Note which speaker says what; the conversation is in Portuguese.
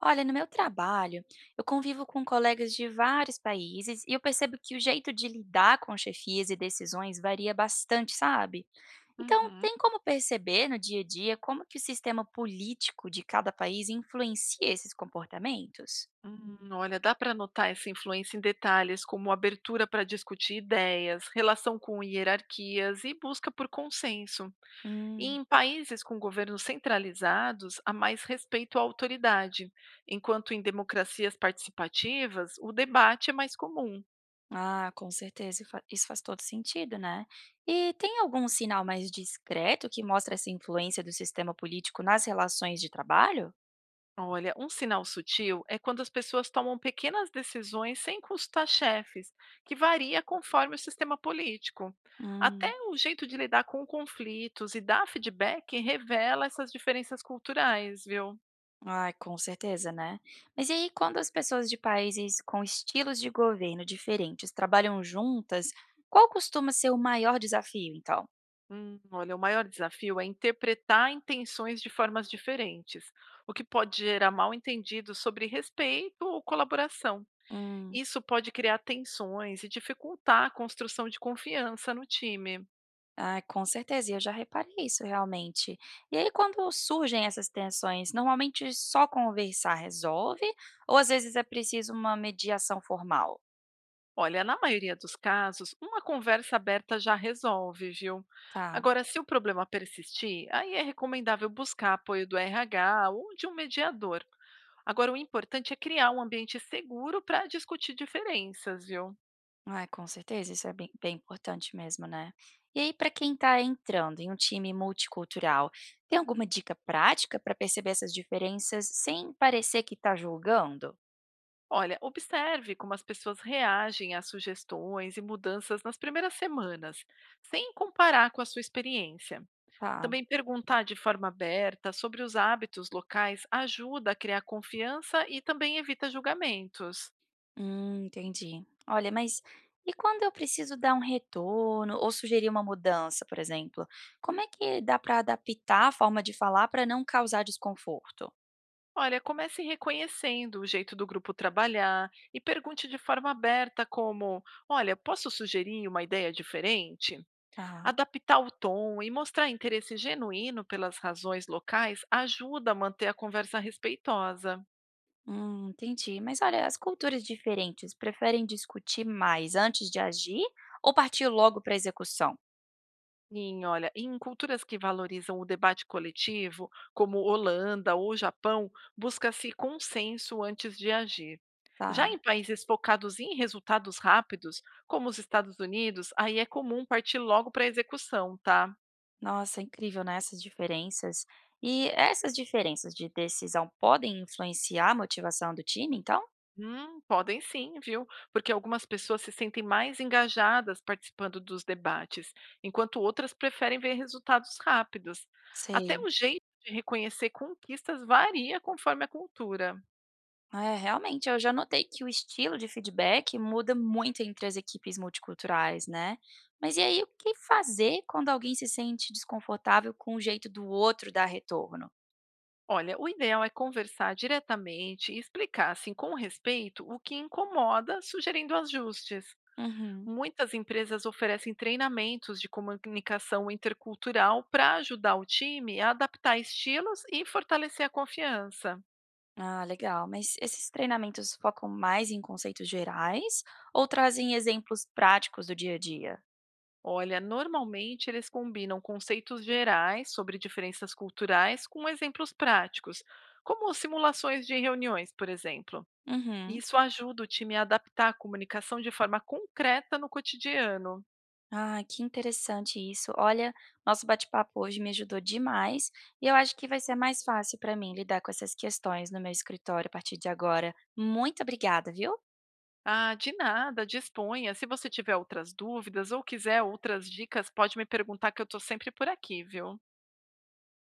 Speaker 1: Olha, no meu trabalho, eu convivo com colegas de vários países e eu percebo que o jeito de lidar com chefias e decisões varia bastante, sabe? Então,
Speaker 2: Uhum.
Speaker 1: tem como perceber no dia a dia como que o sistema político de cada país influencia esses comportamentos?
Speaker 2: Olha, dá para notar essa influência em detalhes como abertura para discutir ideias, relação com hierarquias e busca por consenso. E
Speaker 1: Hum,
Speaker 2: em países com governos centralizados, há mais respeito à autoridade, enquanto em democracias participativas, o debate é mais comum.
Speaker 1: ah, com certeza, isso faz todo sentido, né? E tem algum sinal mais discreto que mostra essa influência do sistema político nas relações de trabalho?
Speaker 2: Olha, um sinal sutil é quando as pessoas tomam pequenas decisões sem consultar chefes, que varia conforme o sistema político. Até
Speaker 1: Hum.
Speaker 2: o jeito de lidar com conflitos e dar feedback revela essas diferenças culturais, viu?
Speaker 1: Ai, com certeza, né. Mas e aí quando as pessoas de países com estilos de governo diferentes trabalham juntas, qual costuma ser o maior desafio, então?
Speaker 2: Olha, o maior desafio é interpretar intenções de formas diferentes, o que pode gerar mal-entendidos sobre respeito ou colaboração.
Speaker 1: Hum,
Speaker 2: Isso pode criar tensões e dificultar a construção de confiança no time.
Speaker 1: ai, com certeza, e eu já reparei isso realmente. E aí quando surgem essas tensões, normalmente só conversar resolve ou às vezes é preciso uma mediação formal?
Speaker 2: Olha, na maioria dos casos, uma conversa aberta já resolve, viu?
Speaker 1: Tá.
Speaker 2: Agora, se o problema persistir, aí é recomendável buscar apoio do RH ou de um mediador. Agora, o importante é criar um ambiente seguro para discutir diferenças, viu?
Speaker 1: Ai, com certeza, isso é bem, bem importante mesmo, né? E aí, para quem está entrando em um time multicultural, tem alguma dica prática para perceber essas diferenças sem parecer que está julgando?
Speaker 2: Olha, observe como as pessoas reagem às sugestões e mudanças nas primeiras semanas, sem comparar com a sua experiência.
Speaker 1: Tá.
Speaker 2: Também perguntar de forma aberta sobre os hábitos locais ajuda a criar confiança e também evita julgamentos.
Speaker 1: Entendi. Olha, mas e quando eu preciso dar um retorno ou sugerir uma mudança, por exemplo? Como é que dá para adaptar a forma de falar para não causar desconforto?
Speaker 2: Olha, comece reconhecendo o jeito do grupo trabalhar e pergunte de forma aberta como, olha, posso sugerir uma ideia diferente?
Speaker 1: Tá.
Speaker 2: Adaptar o tom e mostrar interesse genuíno pelas razões locais ajuda a manter a conversa respeitosa.
Speaker 1: Entendi. Mas olha, as culturas diferentes preferem discutir mais antes de agir ou partir logo para a execução?
Speaker 2: Sim, olha, em culturas que valorizam o debate coletivo, como Holanda ou Japão, busca-se consenso antes de agir.
Speaker 1: Tá.
Speaker 2: Já em países focados em resultados rápidos, como os Estados Unidos, aí é comum partir logo para a execução, tá?
Speaker 1: Nossa, incrível, né? Essas diferenças. E essas diferenças de decisão podem influenciar a motivação do time, então?
Speaker 2: Podem sim, viu? Porque algumas pessoas se sentem mais engajadas participando dos debates, enquanto outras preferem ver resultados rápidos. Até
Speaker 1: Sei.
Speaker 2: o jeito de reconhecer conquistas varia conforme a cultura.
Speaker 1: É, realmente, eu já notei que o estilo de feedback muda muito entre as equipes multiculturais, né? Mas e aí, o que fazer quando alguém se sente desconfortável com o jeito do outro dar retorno?
Speaker 2: Olha, o ideal é conversar diretamente e explicar, assim, com respeito, o que incomoda, sugerindo ajustes.
Speaker 1: Uhum.
Speaker 2: Muitas empresas oferecem treinamentos de comunicação intercultural para ajudar o time a adaptar estilos e fortalecer a confiança.
Speaker 1: Ah, legal. Mas esses treinamentos focam mais em conceitos gerais ou trazem exemplos práticos do dia a dia?
Speaker 2: Olha, normalmente eles combinam conceitos gerais sobre diferenças culturais com exemplos práticos, como simulações de reuniões, por exemplo.
Speaker 1: Uhum.
Speaker 2: Isso ajuda o time a adaptar a comunicação de forma concreta no cotidiano.
Speaker 1: Ah, que interessante isso. Olha, nosso bate-papo hoje me ajudou demais e eu acho que vai ser mais fácil para mim lidar com essas questões no meu escritório a partir de agora. Muito obrigada, viu?
Speaker 2: Ah, de nada, disponha. Se você tiver outras dúvidas ou quiser outras dicas, pode me perguntar que eu estou sempre por aqui, viu?